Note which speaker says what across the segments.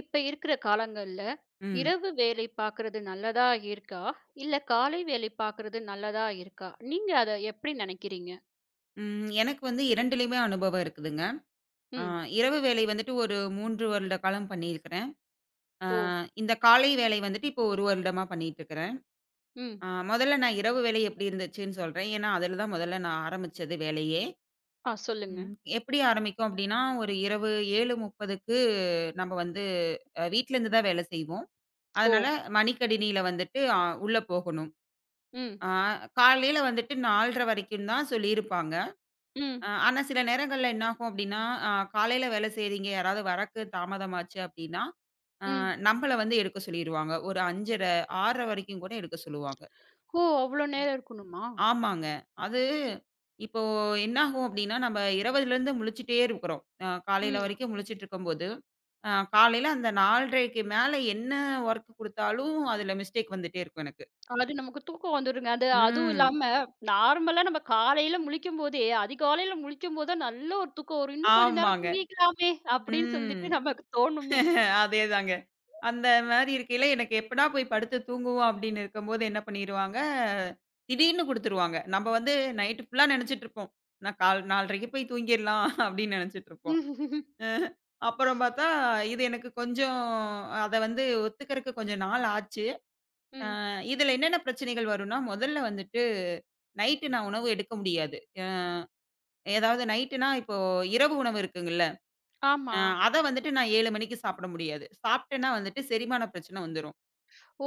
Speaker 1: இப்ப இருக்கிற காலங்கள்ல,
Speaker 2: ம்.
Speaker 1: இரவு வேலை பார்க்குறது நல்லதா இருக்கா? இல்ல காலை வேலை பார்க்குறது நல்லதா இருக்கா? நீங்க அத எப்படி நினைக்கிறீங்க?
Speaker 2: ம். எனக்கு வந்து 2லயுமே அனுபவம் இருக்குதுங்க. அ
Speaker 1: ம்.
Speaker 2: இரவு வேலை வந்துட்டு ஒரு 3 வருட காலம் பண்ணியிருக்கிறேன். அ
Speaker 1: ஓ!
Speaker 2: இந்த காலை வேலை வந்துட்டு இப்போ 1 வருடமா பண்ணிட்டுருக்கிறேன்.
Speaker 1: ம்.
Speaker 2: முதல்ல நான் இரவு வேலை எப்படி இருந்துச்சுன்னு சொல்றேன். ஏன்னா, அதில தான் முதல்ல நான் ஆரம்பிச்சது வேலையே.
Speaker 1: ஆ சொல்லுங்க.
Speaker 2: ம். எப்படி ஆரம்பிக்கும் அப்படின்னா, ஒரு இரவு 7:30க்கு நம்ம வந்து வீட்லேருந்து தான் வேலை செய்வோம்.
Speaker 1: ஓ!
Speaker 2: அதனால மடிக்கணினியில வந்துட்டு உள்ள போகணும்.
Speaker 1: ம்.
Speaker 2: அ காலையில வந்துட்டு 4:30 வரைக்கும் தான் சொல்லியிருப்பாங்க.
Speaker 1: ம்.
Speaker 2: ஆனா சில நேரங்கள்ல என்னாகும் அப்டின்னா, காலையில வேலை செய்றீங்க, யாராவது வரக்கு தாமதமாச்சு அப்டின்னா, அ
Speaker 1: ம்.
Speaker 2: நம்பள வந்து எடுக்க சொல்லிருவாங்க. ஒரு 5:30, 6:00 வரைக்கும் கூட எடுக்க சொல்லுவாங்க.
Speaker 1: ஓ! அவ்ளோ நேரம் இருக்கணுமா?
Speaker 2: ஆமாங்க. அது இப்போ என்னாகும் அப்டின்னா, நம்ம இரவுலருந்து முழிச்சுட்டே இருக்கிறோம். காலையில
Speaker 1: ம்.
Speaker 2: வரைக்கும் முழிச்சுட்ருக்கும்போது, காலையில அந்த 4:30க்கு மேல என்ன வொர்க் குடுத்தாலும், அதுல மிஸ்டேக் வந்துட்டே இருக்கும் எனக்கு.
Speaker 1: அது நமக்கு தூக்கம் வந்துருங்க. அது அதுவும்
Speaker 2: ம்.
Speaker 1: இல்லாம, நார்மலா நம்ம காலையில முழிக்கும்போதே, அதிகாலையில முழிக்கும்போது தான் நல்ல ஒரு தூக்கம் வரும். "இன்னும் கொஞ்ச நேரம்
Speaker 2: ஆமாங்க.
Speaker 1: தூங்கிக்கலாமே" அப்படின்னு
Speaker 2: ம்.
Speaker 1: சொல்லிட்டு நமக்கு தோணுமே.
Speaker 2: அதேதாங்க. அந்த மாரி இருக்கையில, எனக்கு எப்படா போய் படுத்து தூங்குவோம் அப்படின்னு இருக்கும்போது என்ன பண்ணிருவாங்க, திடீர்னு குடுத்துருவாங்க. நம்ம வந்து நைட் ஃபுல்லா நெனச்சுட்டுருப்போம். நான் கால் 4:30க்கு போய் தூங்கிரலாம் அப்படின்னு நெனச்சுட்டுருப்போம்.
Speaker 1: ம்.
Speaker 2: அஹ அப்புறம் பார்த்தா, இது எனக்கு கொஞ்சம் அத வந்து ஒத்துக்கறக்கு கொஞ்சம் நாள் ஆச்சு.
Speaker 1: ம்
Speaker 2: இதுல என்னென்ன பிரச்சனைகள் வரும்னா, முதல்ல வந்துட்டு நைட்டு நான் உணவு எடுக்க முடியாது. ஏதாவது நைட்டுனா இப்போ இரவு உணவு இருக்குங்கல்ல,
Speaker 1: ஆமா.
Speaker 2: அ அத வந்துட்டு நான் 7 மணிக்கு சாப்பிட முடியாது. சாப்பிட்டேன்னா வந்துட்டு செரிமான பிரச்சனை வந்துரும்.
Speaker 1: ஓ!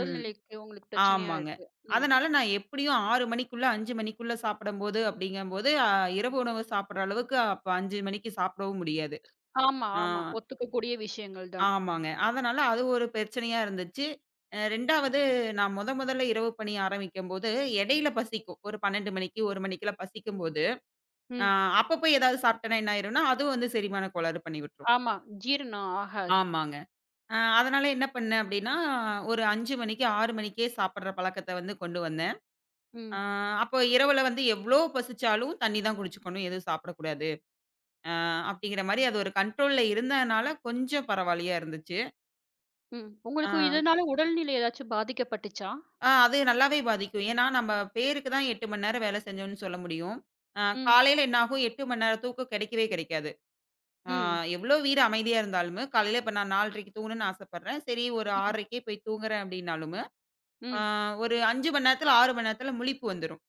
Speaker 2: ம்.
Speaker 1: உங்களுக்கு பிரச்சனையா
Speaker 2: ஆமாங்க.
Speaker 1: இருக்கு. ம்.
Speaker 2: அதனால நான் எப்படியும் 6 மணிக்குள்ள 5 மணிக்குள்ள சாப்பிடும்போது அப்படிங்கும்போது, இரவு உணவு சாப்பிடுற அளவுக்கு அப்ப 5 மணிக்கு சாப்பிடவும் முடியாது.
Speaker 1: ஆமா,
Speaker 2: ஆ
Speaker 1: ஆமா. ஒத்துக்கக்கூடிய விஷயங்கள் தான்.
Speaker 2: ஆமாங்க. அதனால அது ஒரு பிரச்சனையா இருந்துச்சு. 2வது நான் மொதல்ல இரவு பணி ஆரம்பிக்கும்போது, இடையில பசிக்கும். ஒரு 12 மணிக்கு, 1 மணிக்கெல்லாம் பசிக்கும்போது, அ
Speaker 1: ம்.
Speaker 2: அப்ப போய் ஏதாவது சாப்பிட்டேன்னா என்ன ஆயிரும்னா, அதுவும் வந்து செரிமான கோளாறு பண்ணி விட்டுரும்.
Speaker 1: ஆமா. ஜீரணம் ஆகாது.
Speaker 2: ஆமாங்க. அதனால என்ன பண்ணேன் அப்படின்னா, ஒரு 5 மணிக்கு, 6 மணிக்கே சாப்பிடுற பழக்கத்த வந்து கொண்டு வந்தேன். ஆ
Speaker 1: ம்,
Speaker 2: அப்போ இரவுல வந்து எவ்ளோ பசிச்சாலும் தண்ணி தான் குடிச்சுக்கணும், எதுவும் சாப்பிடக்கூடாது. அ அப்படிங்கிற மாரி அது ஒரு கண்ட்ரோல்ல இருந்ததுனால கொஞ்சம் பரவாயில்லையா இருந்துச்சு.
Speaker 1: ம்.
Speaker 2: ஆ
Speaker 1: உங்களுக்கு இதனால உடல்நிலை ஏதாச்சும் பாதிக்கப்பட்டுச்சா?
Speaker 2: ஆ அது நல்லாவே பாதிக்கும். ஏன்னா நம்ம பேருக்கு தான் 8 மணி நேரம் வேலை செஞ்சோம்னு சொல்ல முடியும். அ
Speaker 1: ம்,
Speaker 2: காலையில என்ன ஆகும் 8 மணி நேரம் தூக்கம் கிடைக்கவே கிடைக்காது. ஆ
Speaker 1: ம்,
Speaker 2: எவ்ளோ வீடு அமைதியா இருந்தாலுமே காலையில இப்ப நான் 4:30க்கு தூங்கணும்னு ஆசைப்படுறேன். சரி ஒரு
Speaker 1: ம்,
Speaker 2: 6:30க்கே போய் தூங்குறேன் அப்படின்னாலுமே, ஆ
Speaker 1: ம்,
Speaker 2: ஒரு 5 மணி நேரத்துல, 6 மணி நேரத்துல முழிப்பு வந்துரும்.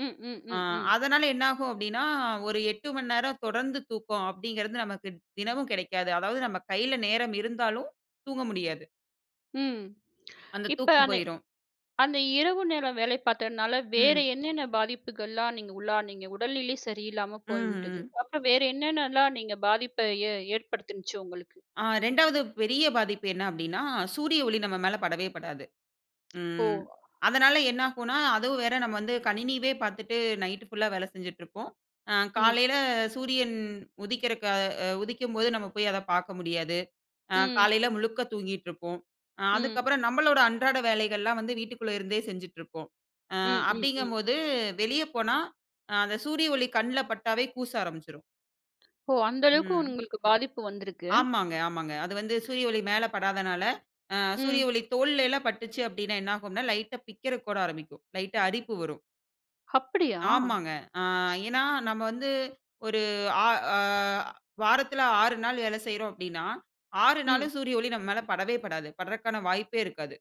Speaker 1: ம், ம்,
Speaker 2: ஆ
Speaker 1: ம், ம்,
Speaker 2: அதனால என்ன ஆகும் அப்டின்னா, ஒரு 8 மணி நேரம் தொடர்ந்து தூக்கம் அப்டிங்கிறது நமக்கு தினமும் கிடைக்காது. அதாவது நம்ம கையில நேரம் இருந்தாலும் தூங்க முடியாது.
Speaker 1: ம்.
Speaker 2: அந்த
Speaker 1: இப்ப
Speaker 2: தூக்கம்
Speaker 1: அந்த
Speaker 2: போயிரும்.
Speaker 1: அந்த இரவு நேரம் வேலை பார்த்ததுனால வேற
Speaker 2: ம்.
Speaker 1: என்னென்ன பாதிப்புகள்லாம் நீங்க உள்ளானீங்க? உடல்நிலை சரியில்லாம
Speaker 2: ம்,
Speaker 1: போய்விட்டது.
Speaker 2: ம்.
Speaker 1: அப்புறம் வேற என்னென்னலாம் நீங்க பாதிப்ப ஏற்படுத்துனுச்சு உங்களுக்கு?
Speaker 2: ஆ 2வது பெரிய பாதிப்பு என்ன அப்டின்னா, சூரிய ஒளி நம்ம மேல படவே படாது.
Speaker 1: ஓ!
Speaker 2: ம். அதனால என்ன ஆகும்னா, அதுவும் வேற நம்ம வந்து கணினியவே பார்த்துட்டு நைட்டு ஃபுல்லா வேலை செஞ்சுட்டுருப்போம்.
Speaker 1: ம்,
Speaker 2: காலையில சூரியன் உதிக்கிறக்கு உதிக்கும்போது நம்ம போய் அத பார்க்க முடியாது.
Speaker 1: ம்,
Speaker 2: காலையில முழுக்க தூங்கிட்டுருப்போம்.
Speaker 1: ம்,
Speaker 2: அதுக்கப்புறம் நம்மளோட அன்றாட வேலைகள்லாம் வந்து வீட்டுக்குள்ள இருந்தே செஞ்சுட்டுருப்போம். அ
Speaker 1: ம், ம், ம்.
Speaker 2: அப்படிங்கும்போது வெளிய போனா, அந்த சூரிய ஒளி கண்ல பட்டாவே கூச ஆரம்பிச்சுரும்.
Speaker 1: ஓ! அந்த அளவுக்கு
Speaker 2: ம்.
Speaker 1: உங்களுக்கு பாதிப்பு வந்திருக்கு.
Speaker 2: ஆமாங்க, ஆமாங்க. அது வந்து சூரிய ஒளி மேல படாதனால, அ
Speaker 1: ம்.
Speaker 2: சூரிய ஒளி தோல்ல எல்லாம் பட்டுச்சு அப்படின்னா என்ன ஆகும்னா, லைட்டா பிக்கிறக்கூட ஆரம்பிக்கும். லைட்டா அரிப்பு வரும்.
Speaker 1: அப்படியா?
Speaker 2: ஆமாங்க. அ ஏன்னா நம்ம வந்து ஒரு ஆ அ வாரத்துல 6 நாள் வேலை செய்றோம் அப்படின்னா, 6
Speaker 1: ம்.
Speaker 2: நாளும் சூரிய ஒளி நம்ம மேல படவே படாது. படுறக்கான வாய்ப்பே இருக்காது.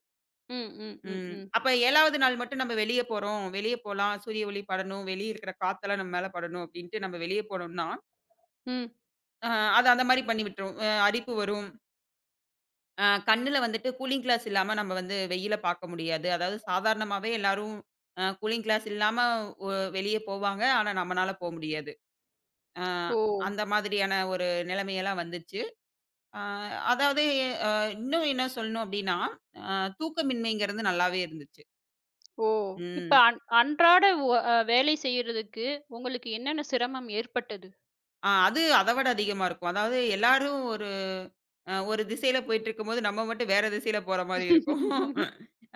Speaker 1: ம். ம். ம்.
Speaker 2: ம்.
Speaker 1: ம்.
Speaker 2: அப்ப 7வது நாள் மட்டும் நம்ம வெளிய போறோம். வெளிய போலாம். சூரிய ஒளி படணும். வெளிய இருக்கிற காத்தெல்லாம் நம்ம மேல படணும் அப்படின்ட்டு நம்ம வெளிய போனோம்னா,
Speaker 1: ம்.
Speaker 2: அ அது அந்த மாரி பண்ணி விட்டுரும். அரிப்பு வரும். கண்ணுல வந்துட்டு கூலிங் கிளாஸ் இல்லாம நம்ம வந்து வெயில பார்க்க முடியாது. அதாவது சாதாரணமாவே எல்லாரும் கூலிங் கிளாஸ் இல்லாம ஒ வெளிய போவாங்க. ஆனா நம்மனால போ முடியாது. அ
Speaker 1: ஓ!
Speaker 2: அந்த மாதிரியான ஒரு நிலைமையெல்லாம் வந்துச்சு. அ அதாவது அ இன்னும் என்ன சொல்லணும் அப்டின்னா, அ தூக்கமின்மைங்கிறது நல்லாவே இருந்துச்சு.
Speaker 1: ஓ! இப்ப
Speaker 2: ம்.
Speaker 1: அன் அன்றாட ஒ அ வேலை செய்யறதுக்கு உங்களுக்கு என்னென்ன சிரமம் ஏற்பட்டது?
Speaker 2: ஆ அது அத விட அதிகமா இருக்கும். அதாவது எல்லாரும் ஒரு ஒரு திசையில போயிட்டுருக்கும்போது, நம்ம மட்டும் வேற திசையில போற மாரி இருக்கும்.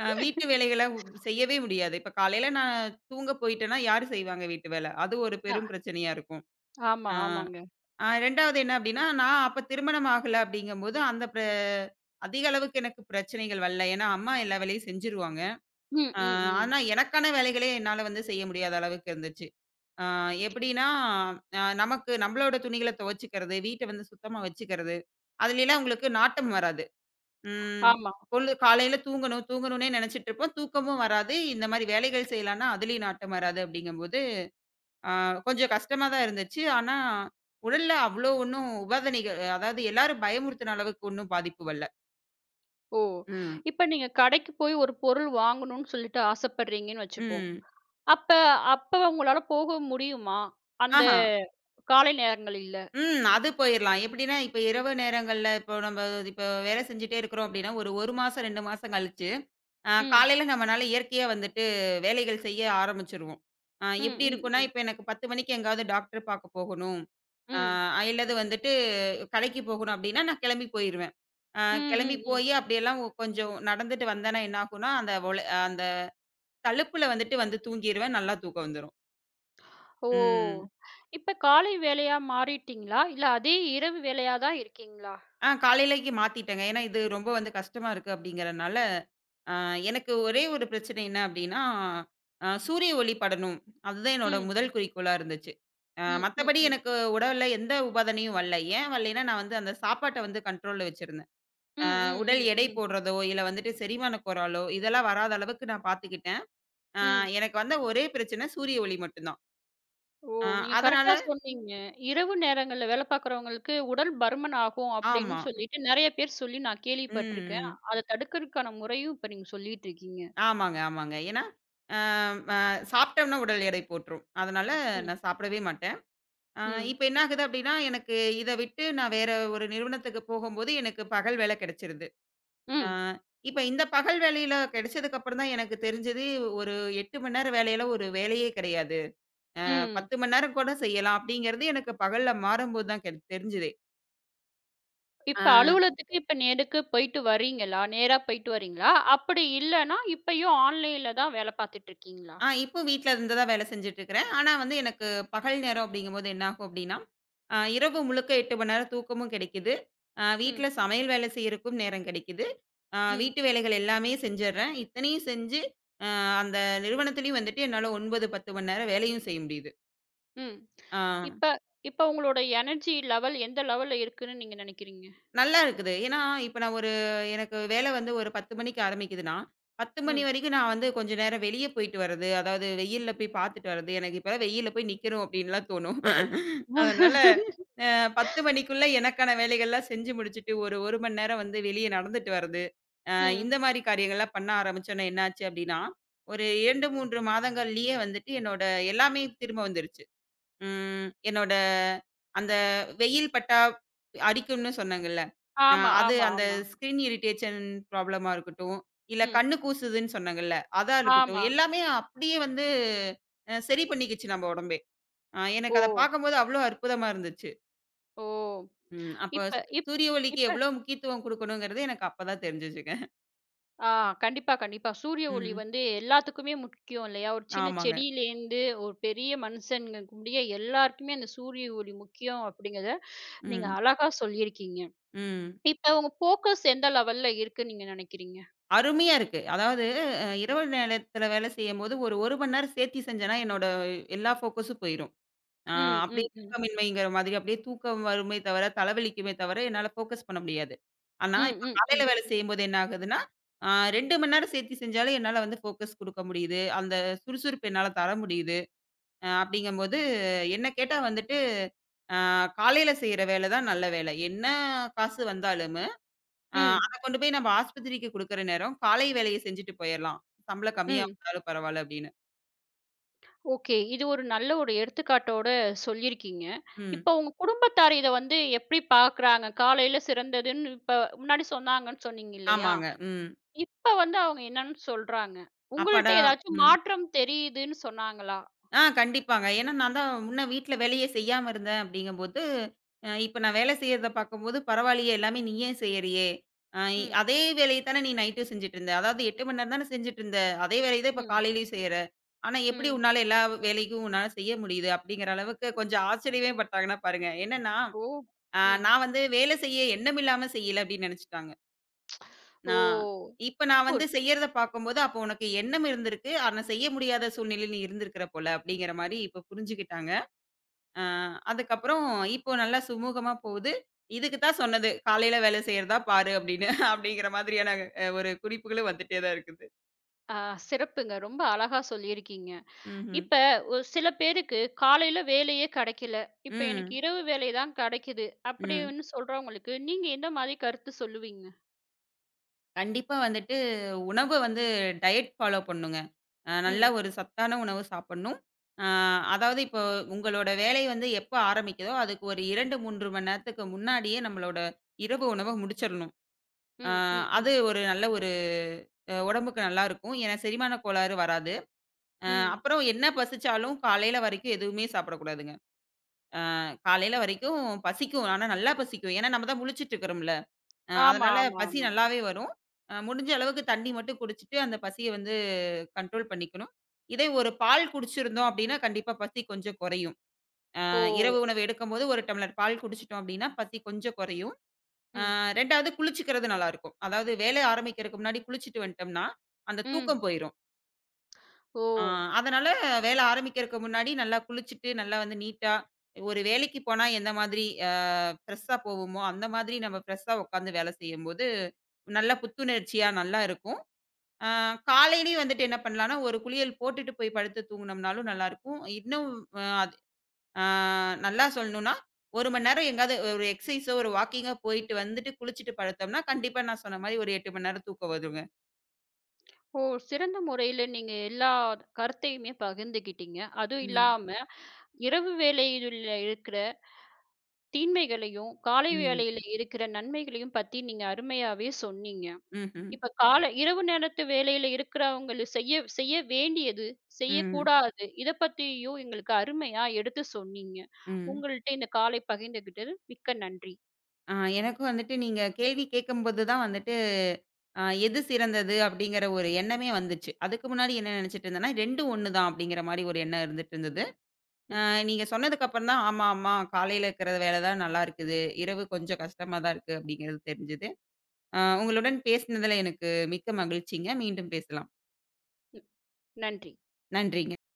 Speaker 2: வீட்டு வேலைகள செய்யவே முடியாது. இப்ப காலையில நான் தூங்க போயிட்டேன்னா, யாரு செய்வாங்க வீட்டு வேல? அது ஒரு
Speaker 1: அ
Speaker 2: பெரும் பிரச்சனையா இருக்கும்.
Speaker 1: ஆமா,
Speaker 2: ஆ,
Speaker 1: ஆமாங்க.
Speaker 2: 2வது என்ன அப்டின்னா, நான் அப்ப திருமணம் ஆகல அப்டிங்கும்போது, அந்த அதிக அளவுக்கு எனக்கு பிரச்சனைகள் வரல. ஏன்னா, அம்மா எல்லா வேலையும் செஞ்சுருவாங்க.
Speaker 1: ம்.
Speaker 2: ஆ
Speaker 1: ம். ம்.
Speaker 2: ஆனா, எனக்கான வேலைகளே என்னால வந்து செய்ய முடியாத அளவுக்கு இருந்துச்சு. ஆ எப்படின்னா, நமக்கு நம்மளோட துணிகள துவைச்சுக்கிறது, வீட்ட வந்து சுத்தமா வச்சுக்கிறது, அதுலலாம் உங்களுக்கு நாட்டம் வராது. ம்.
Speaker 1: ஆமா.
Speaker 2: பொழுது காலையில தூங்கணும் தூங்கணும்னே நெனைச்சிட்டு இருப்போம். தூக்கமும் வராது. இந்த மாரி வேலைகள் செய்யலான்னா, அதுலயும் நாட்டம் வராது அப்படிங்கும்போது, ஆ கொஞ்சம் கஷ்டமா தான் இருந்துச்சு. ஆனா, உடல்ல அவ்வளோ ஒண்ணும் உபாதனைகள் அதாவது எல்லாரும் பயமுறுத்துன அளவுக்கு ஒண்ணும் பாதிப்பு வரல.
Speaker 1: ஓ!
Speaker 2: ம்.
Speaker 1: இப்ப நீங்க கடைக்கு போய் ஒரு பொருள் வாங்கணும்னு சொல்லிட்டு ஆசைப்படுறீங்கன்னு வச்சுப்போம்.
Speaker 2: ம்.
Speaker 1: அப்ப அப்ப உங்களால போக முடியுமா? அந்த
Speaker 2: ஆஹா.
Speaker 1: காலை நேரங்கள்ல?
Speaker 2: ம். அது போயிரலாம். எப்படின்னா, இப்ப இரவு நேரங்கள்ல இப்போ நம்ம இப்ப வேலை செஞ்சுட்டே இருக்கிறோம் அப்படின்னா, ஒரு 1 மாசம் 2 மாசம் கழிச்சு
Speaker 1: ம்.
Speaker 2: காலையில நம்மனால இயற்கையா வந்துட்டு வேலைகள் செய்ய ஆரம்பிச்சுருவோம்.
Speaker 1: ம்.
Speaker 2: எப்படி
Speaker 1: ம்.
Speaker 2: இருக்கும்னா,
Speaker 1: ம்.
Speaker 2: இப்ப எனக்கு 10 மணிக்கு எங்காவது டாக்டர் பாக்க போகணும். அ
Speaker 1: ம்.
Speaker 2: இல்லது வந்துட்டு கடைக்கு போகணும் அப்படின்னா, நான் கிளம்பி போயிருவேன். அ
Speaker 1: ம். ம்.
Speaker 2: கிளம்பி
Speaker 1: ம்.
Speaker 2: போயி அப்படியெல்லாம் கொஞ்சம் நடந்துட்டு வந்தேன்னா என்ன ஆகும்னா, அந்த அந்த தழுப்புல வந்துட்டு வந்து தூங்கிருவேன். நல்லா தூக்கம் வந்துரும்.
Speaker 1: ஓ!
Speaker 2: ம்.
Speaker 1: இப்ப காலை வேலையா மாறிட்டீங்களா? இல்ல அதே இரவு வேலையா தான் இருக்கீங்களா?
Speaker 2: ஆ காலையிலக்கு மாத்திட்டேங்க. ஏன்னா இது ரொம்ப வந்து கஷ்டமா இருக்கு அப்படிங்கிறனால, அ எனக்கு ஒரே ஒரு பிரச்சனை என்ன அப்படின்னா, சூரிய ஒளி படணும். அதுதான் என்னோட
Speaker 1: ம்.
Speaker 2: முதல் குறிக்கோளா இருந்துச்சு.
Speaker 1: ம். ம்.
Speaker 2: மத்தபடி
Speaker 1: ம்.
Speaker 2: எனக்கு உடல்ல எந்த உபாதனையும் வரல. ஏன் வரலைன்னா, நான் வந்து அந்த சாப்பாட்ட வந்து கண்ட்ரோல்ல வச்சிருந்தேன்.
Speaker 1: ம். ம்.
Speaker 2: உடல்
Speaker 1: ம்.
Speaker 2: எடை
Speaker 1: ம்.
Speaker 2: போடுறதோ, இல்ல வந்துட்டு செரிமான கோளாறோ இதெல்லாம் வராத அளவுக்கு நான் பார்த்துக்கிட்டேன். அ
Speaker 1: ம்.
Speaker 2: எனக்கு வந்த ஒரே பிரச்சனை சூரிய ஒளி மட்டும் தான்.
Speaker 1: ஓ!
Speaker 2: அ
Speaker 1: நீங்க
Speaker 2: அதனால
Speaker 1: கரெக்ட்டா சொன்னீங்க. இரவு நேரங்கள்ல வேலை பார்க்குறவங்களுக்கு உடல் பருமன் ஆகும் அப்படின்னு
Speaker 2: ஆமா.
Speaker 1: சொல்லிட்டு நெறைய பேர் சொல்லி நான் கேள்விப்பட்டுருக்கேன்.
Speaker 2: ம்.
Speaker 1: அத தடுக்கிறதுக்கான முறையும் இப்ப நீங்க சொல்லிட்டு இருக்கீங்க.
Speaker 2: ஆமாங்க, ஆமாங்க. ஏன்னா, அ அ சாப்பிட்டோம்னா உடல் எடை போட்டுரும். அதனால
Speaker 1: ம்.
Speaker 2: நான் சாப்பிடவே மாட்டேன். அ
Speaker 1: ம்.
Speaker 2: இப்ப என்ன ஆகுது அப்டின்னா, எனக்கு இத விட்டு நான் வேற ஒரு நிறுவனத்துக்கு போகும்போது எனக்கு பகல் வேலை கிடைச்சிருது. அ
Speaker 1: ம்.
Speaker 2: இப்ப இந்த பகல் வேலையில கிடைச்சதுக்கு அப்புறம் தான் எனக்கு தெரிஞ்சது, ஒரு 8 மணி நேரம் வேலையில ஒரு வேலையே கிடையாது.
Speaker 1: ம்.
Speaker 2: 10 மணி நேரம் கூட செய்யலாம் அப்டிங்கிறது எனக்கு பகல்ல மாறும்போது தான் தெரிஞ்சதே.
Speaker 1: இப்ப
Speaker 2: அ.
Speaker 1: அலுவலகத்துக்கு இப்ப நேருக்கு போயிட்டு வரீங்களா? நேரா போயிட்டு வரீங்களா? அப்படி இல்லன்னா இப்பயும் ஆன்லைன்ல தான் வேலை பார்த்துட்டு இருக்கீங்களா?
Speaker 2: ஆ இப்போ வீட்ல இருந்து தான் வேலை செஞ்சுட்டு இருக்கிறேன். ஆனா வந்து எனக்கு பகல் நேரம் அப்படிங்கும்போது என்ன ஆகும் அப்படின்னா, இரவு முழுக்க 8 மணி நேரம் தூக்கமும் கிடைக்குது.
Speaker 1: ம்.
Speaker 2: வீட்ல சமையல் வேலை செய்யறக்கும் நேரம் கிடைக்குது.
Speaker 1: ம்.
Speaker 2: வீட்டு வேலைகள் எல்லாமே செஞ்சுடுறேன். இத்தனையும் செஞ்சு, அ அந்த நிறுவனத்திலயும் வந்துட்டு என்னால 9, 10 மணி நேரம் வேலையும் செய்ய முடியுது.
Speaker 1: ம்.
Speaker 2: ஆ.
Speaker 1: இப்ப இப்ப உங்களோட எனர்ஜி லெவல் எந்த லெவல்ல இருக்குன்னு நீங்க நினைக்கிறீங்க?
Speaker 2: நல்லா இருக்குது. ஏன்னா, இப்ப நான் ஒரு எனக்கு வேலை வந்து ஒரு 10 மணிக்கு ஆரம்பிக்குதுன்னா, 10 மணி
Speaker 1: ம்.
Speaker 2: வரைக்கும் நான் வந்து கொஞ்ச நேரம் வெளிய போயிட்டு வர்றது, அதாவது வெயில்ல போய் பார்த்துட்டு வர்றது, எனக்கு இப்பலாம் வெயில்ல போய் நிக்கணும் அப்டின்லாம் தோணும். அதனால அ 10 மணிக்குள்ள எனக்கான வேலைகள்லாம் செஞ்சு முடிச்சுட்டு, ஒரு 1 மணி நேரம் வந்து வெளிய நடந்துட்டு வர்றது, அ
Speaker 1: ம்.
Speaker 2: இந்த மாரி காரியங்கள்லாம் பண்ண ஆரம்பிச்சோன்னே என்னாச்சு அப்டின்னா, ஒரு 2, 3 மாதங்கள்லயே வந்துட்டு என்னோட எல்லாமே திரும்ப வந்துருச்சு. ம். என்னோட அந்த வெயில் பட்டா அரிக்கும்னு சொன்னேங்கல்ல.
Speaker 1: ஆமா,
Speaker 2: அது
Speaker 1: ஆமா,
Speaker 2: அந்த
Speaker 1: ஆமா.
Speaker 2: ஸ்கின் இரிட்டேஷன் ப்ராப்ளமா இருக்கட்டும், இல்ல
Speaker 1: ம்.
Speaker 2: கண்ணு கூசுதுன்னு சொன்னேங்கல்ல, அதா இருக்கட்டும்.
Speaker 1: ஆமா.
Speaker 2: எல்லாமே அப்படியே வந்து சரி பண்ணிக்கிச்சு நம்ம உடம்பே. எனக்கு
Speaker 1: ஓ!
Speaker 2: அத பார்க்கும்போது அவ்வளோ அற்புதமா இருந்துச்சு.
Speaker 1: ஓ!
Speaker 2: ம். அப்ப
Speaker 1: இப்ப இப்
Speaker 2: சூரிய ஒளிக்கு
Speaker 1: இப்ப
Speaker 2: எவ்வளோ முக்கியத்துவம் குடுக்கணுங்கிறது எனக்கு அப்பதான் தெரிஞ்சுச்சுங்க.
Speaker 1: ஆ கண்டிப்பா, கண்டிப்பா. சூரிய ஒளி
Speaker 2: ம்.
Speaker 1: வந்து எல்லாத்துக்குமே முக்கியம் இல்லையா? ஒரு சின்ன
Speaker 2: ஆமாங்க.
Speaker 1: செடியிலேருந்து ஒரு பெரிய மனுஷங்க முடிய எல்லாருக்குமே அந்த சூரிய ஒளி முக்கியம் அப்படிங்கிறத நீங்க
Speaker 2: ம்.
Speaker 1: அழகா சொல்லியிருக்கீங்க.
Speaker 2: ம்.
Speaker 1: இப்ப உங்க ஃபோக்கஸ் எந்த லெவல்ல இருக்குன்னு நீங்க நினைக்கிறீங்க?
Speaker 2: அருமையா இருக்கு. அதாவது இரவு நேரத்தில வேலை செய்யும்போது ஒரு 1 மணி நேரம் சேர்த்தி செஞ்சேன்னா, என்னோட எல்லா ஃபோக்கஸும் போயிரும். ஆ
Speaker 1: ம்,
Speaker 2: அப்படியே
Speaker 1: ம், ம்.
Speaker 2: தூக்கமின்மைங்கிற மாதிரி அப்படியே தூக்கம் வருமே தவிர, தலைவலிக்குமே தவிர, என்னால ஃபோக்கஸ் பண்ண முடியாது. ஆனா,
Speaker 1: ம்,
Speaker 2: இப்ப
Speaker 1: ம், ம்,
Speaker 2: காலையில வேலை செய்யும்போது என்ன ஆகுதுன்னா, ஆ 2 மணி நேரம் சேர்த்து செஞ்சாலும் என்னால வந்து ஃபோக்கஸ் குடுக்க முடியுது. அந்த சுறுசுறுப்பு என்னால தர முடியுது. அப்படிங்கும்போது என்ன கேட்டா வந்துட்டு, அ காலையில செய்ற வேலை தான் நல்ல வேலை. என்ன காசு வந்தாலும்,
Speaker 1: ம்,
Speaker 2: அத கொண்டு போய் நம்ம ஆஸ்பத்திரிக்கு குடுக்குற நேரம், காலை வேலைய செஞ்சுட்டு போயிரலாம். சம்பளம் கம்மியா
Speaker 1: ம்.
Speaker 2: வந்தாலும் பரவால்ல அப்படின்னு.
Speaker 1: ஓகே. இது ஒரு நல்ல ஒரு எடுத்துக்காட்டோட சொல்லியிருக்கீங்க.
Speaker 2: ம்.
Speaker 1: இப்ப உங்க குடும்பத்தார் இத வந்து எப்படி பார்க்குறாங்க? காலையில சிறந்ததுன்னு இப்ப முன்னாடி சொன்னாங்கன்னு சொன்னீங்க இல்லையா?
Speaker 2: ஆமாங்க. ம்.
Speaker 1: இப்ப வந்து அவங்க என்னன்னு சொல்றாங்க? உங்கள்ட்ட
Speaker 2: அப்பாடா!
Speaker 1: ஏதாச்சும்
Speaker 2: ம்.
Speaker 1: மாற்றம் தெரியுதுன்னு சொன்னாங்களா?
Speaker 2: ஆ கண்டிப்பாங்க. ஏன்னா நான் தான் முன்ன வீட்ல வேலையே செய்யாம இருந்தேன் அப்படிங்கும்போது, இப்ப நான் வேலை செய்யறத பார்க்கும்போது, "பரவாயில்லையே எல்லாமே நீயே செய்யறியே. அ
Speaker 1: ம்,
Speaker 2: அதே வேலைய தானே நீ நைட்டும் செஞ்சுட்டு இருந்த. அதாவது 8 மணி நேரம் தானே செஞ்சுட்டு இருந்த. அதே வேலைய தான் இப்ப
Speaker 1: ம்,
Speaker 2: காலையிலயும் செய்யற. ஆனா எப்படி
Speaker 1: ம்.
Speaker 2: உன்னால எல்லா வேலைக்கும் உன்னால செய்ய முடியுது?" அப்படிங்கிற அளவுக்கு கொஞ்சம் ஆச்சரியமே பட்டாங்கன்னா பாருங்க. என்னன்னா,
Speaker 1: ஓ!
Speaker 2: அ
Speaker 1: ம்.
Speaker 2: நான் வந்து வேலை செய்ய எண்ணமில்லாம செய்யல அப்படின்னு நெனைச்சுட்டாங்க.
Speaker 1: ஓ!
Speaker 2: ஆ. இப்ப நான் வந்து
Speaker 1: புர்
Speaker 2: செய்யறத பார்க்கும்போது, அப்போ உனக்கு எண்ணம் இருந்திருக்கு. ஆனா செய்ய முடியாத சூழ்நிலையில நீ இருந்திருக்கிற போல, அப்படிங்கிற மாரி இப்ப புரிஞ்சுகிட்டாங்க. ஆ அதுக்கப்புறம் இப்போ நல்லா சுமூகமா போகுது. இதுக்கு தான் சொன்னது, "காலையில வேலை செய்றதா பாரு" அப்படின்னு. அப்படிங்கிற மாதிரியான ஒரு குறிப்புகளும் வந்துட்டே தான் இருக்குது.
Speaker 1: ஆ சிறப்புங்க. ரொம்ப அழகா சொல்லியிருக்கீங்க.
Speaker 2: ம்ஹ்ம்.
Speaker 1: இப்ப ஒரு சில பேருக்கு காலையில வேலையே கிடைக்கல. இப்ப எனக்கு
Speaker 2: ம்.
Speaker 1: இரவு வேலை தான் கிடைக்குது
Speaker 2: ம்.
Speaker 1: அப்படின்னு சொல்றவங்களுக்கு நீங்க எந்த மாதிரி கருத்து சொல்லுவீங்க?
Speaker 2: கண்டிப்பா வந்துட்டு உணவு வந்து டயட் ஃபாலோ பண்ணுங்க. நல்ல
Speaker 1: ம்.
Speaker 2: ஒரு சத்தான உணவு சாப்பிடணும். அ அதாவது இப்போ உங்களோட வேலை வந்து எப்ப ஆரம்பிக்குதோ, அதுக்கு ஒரு 2, 3 மணி நேரத்துக்கு முன்னாடியே நம்மளோட இரவு உணவ முடிச்சிரணும். அ
Speaker 1: ம். ம். ம்.
Speaker 2: அது ஒரு நல்ல ஒரு உடம்புக்கு நல்லாருக்கும். ஏன்னா செரிமான கோளாறு வராது. அ
Speaker 1: ம்.
Speaker 2: அப்புறம் என்ன பசிச்சாலும் காலையில வரைக்கும் எதுவுமே சாப்பிடக்கூடாதுங்க. காலையில வரைக்கும் பசிக்கும். ஆனா நல்லா பசிக்கும். ஏன்னா நம்ம தான் முழிச்சுட்டு இருக்கிறோம்ல.
Speaker 1: ஆமா,
Speaker 2: அதனால
Speaker 1: ஆமா,
Speaker 2: பசி
Speaker 1: ஆமா.
Speaker 2: நல்லாவே வரும். முடிஞ்ச அளவுக்கு தண்ணீ மட்டும் குடிச்சிட்டு, அந்த பசிய வந்து கண்ட்ரோல் பண்ணிக்கணும். இதே ஒரு பால் குடிச்சிருந்தோம் அப்டின்னா, கண்டிப்பா பசி கொஞ்சம் குறையும்.
Speaker 1: ஓ!
Speaker 2: இரவு உணவு எடுக்கும்போது 1 டம்ளர் பால் குடிச்சிட்டோம் அப்டின்னா, பசி கொஞ்சம் குறையும். அ
Speaker 1: ம்.
Speaker 2: 2வது குளிச்சுக்கிறது நல்லாருக்கும். அதாவது வேலை ஆரம்பிக்கிறதுக்கு முன்னாடி குளிச்சுட்டு வந்துட்டோம்னா, அந்த
Speaker 1: ம்.
Speaker 2: தூக்கம் போயிரும்.
Speaker 1: ஓ!
Speaker 2: ஆ, அதனால வேலை ஆரம்பிக்கிறதுக்கு முன்னாடி நல்லா குளிச்சுட்டு, நல்லா வந்து நீட்டா, ஒரு வேலைக்கு போனா எந்த மாதிரி ஃப்ரெஷ்ஷா போவோமோ, அந்த மாதிரி நம்ம ஃப்ரெஷ்ஷா உட்காந்து வேலை செய்யும்போது, நல்ல புத்துணர்ச்சியா நல்லா இருக்கும். அ காலையிலயும் வந்துட்டு என்ன பண்ணலாம்னா, ஒரு குளியல் போட்டுட்டு போய் படுத்து தூங்குனோம்னாலும் நல்லாயிருக்கும். இன்னும் அது அ நல்லா சொல்லணும்னா, 1 மணி நேரம் எங்கேயாவது ஒரு எக்ஸர்சைஸோ, ஒரு வாக்கிங்கோ போயிட்டு வந்துட்டு குளிச்சுட்டு படுத்தோம்னா, கண்டிப்பா நான் சொன்ன மாரி ஒரு 8 மணி நேரம் தூக்கம் வருங்க.
Speaker 1: ஓ! சிறந்த முறையில நீங்க எல்லா கருத்தையுமே பகிர்ந்துக்கிட்டீங்க. அதுவும்
Speaker 2: ம்.
Speaker 1: இல்லாம இரவு வேளையில இருக்கிற தீமைகளையும், காலை
Speaker 2: ம்.
Speaker 1: வேளையில இருக்கிற நன்மைகளையும் பத்தி நீங்க அருமையாவே சொன்னீங்க.
Speaker 2: ம்ஹ்ம்.
Speaker 1: இப்ப காலை இரவு நேரத்து வேலையில இருக்கிறவங்கள செய்ய செய்ய வேண்டியது,
Speaker 2: ம். ம்.
Speaker 1: செய்யக்கூடாது இத பத்தியும் எங்களுக்கு அருமையா எடுத்து சொன்னீங்க.
Speaker 2: ம்.
Speaker 1: உங்கள்ட்ட இந்த காலை பகிர்ந்துகிட்டது மிக்க நன்றி.
Speaker 2: ஆ எனக்கும் வந்துட்டு நீங்க கேள்வி கேட்கும்போது தான் வந்துட்டு, எது சிறந்தது அப்படிங்கிற ஒரு எண்ணமே வந்துச்சு. அதுக்கு முன்னாடி என்ன நினைச்சிட்டு இருந்தேன்னா, 2ம் 1 தான் அப்படிங்கிற மாரி ஒரு எண்ணம் இருந்துட்டு இருந்தது. அ
Speaker 1: ம்.
Speaker 2: நீங்க சொன்னதுக்கு அப்புறம் தான், ஆமா, ஆமா காலையில இருக்கிற வேலை தான் நல்லா இருக்குது. இரவு கொஞ்சம் கஷ்டமா தான் இருக்கு அப்படிங்கிறது தெரிஞ்சது. உங்களுடன் பேசினதுல எனக்கு மிக்க மகிழ்ச்சிங்க. மீண்டும் பேசலாம்.
Speaker 1: ம். நன்றி.
Speaker 2: நன்றிங்க.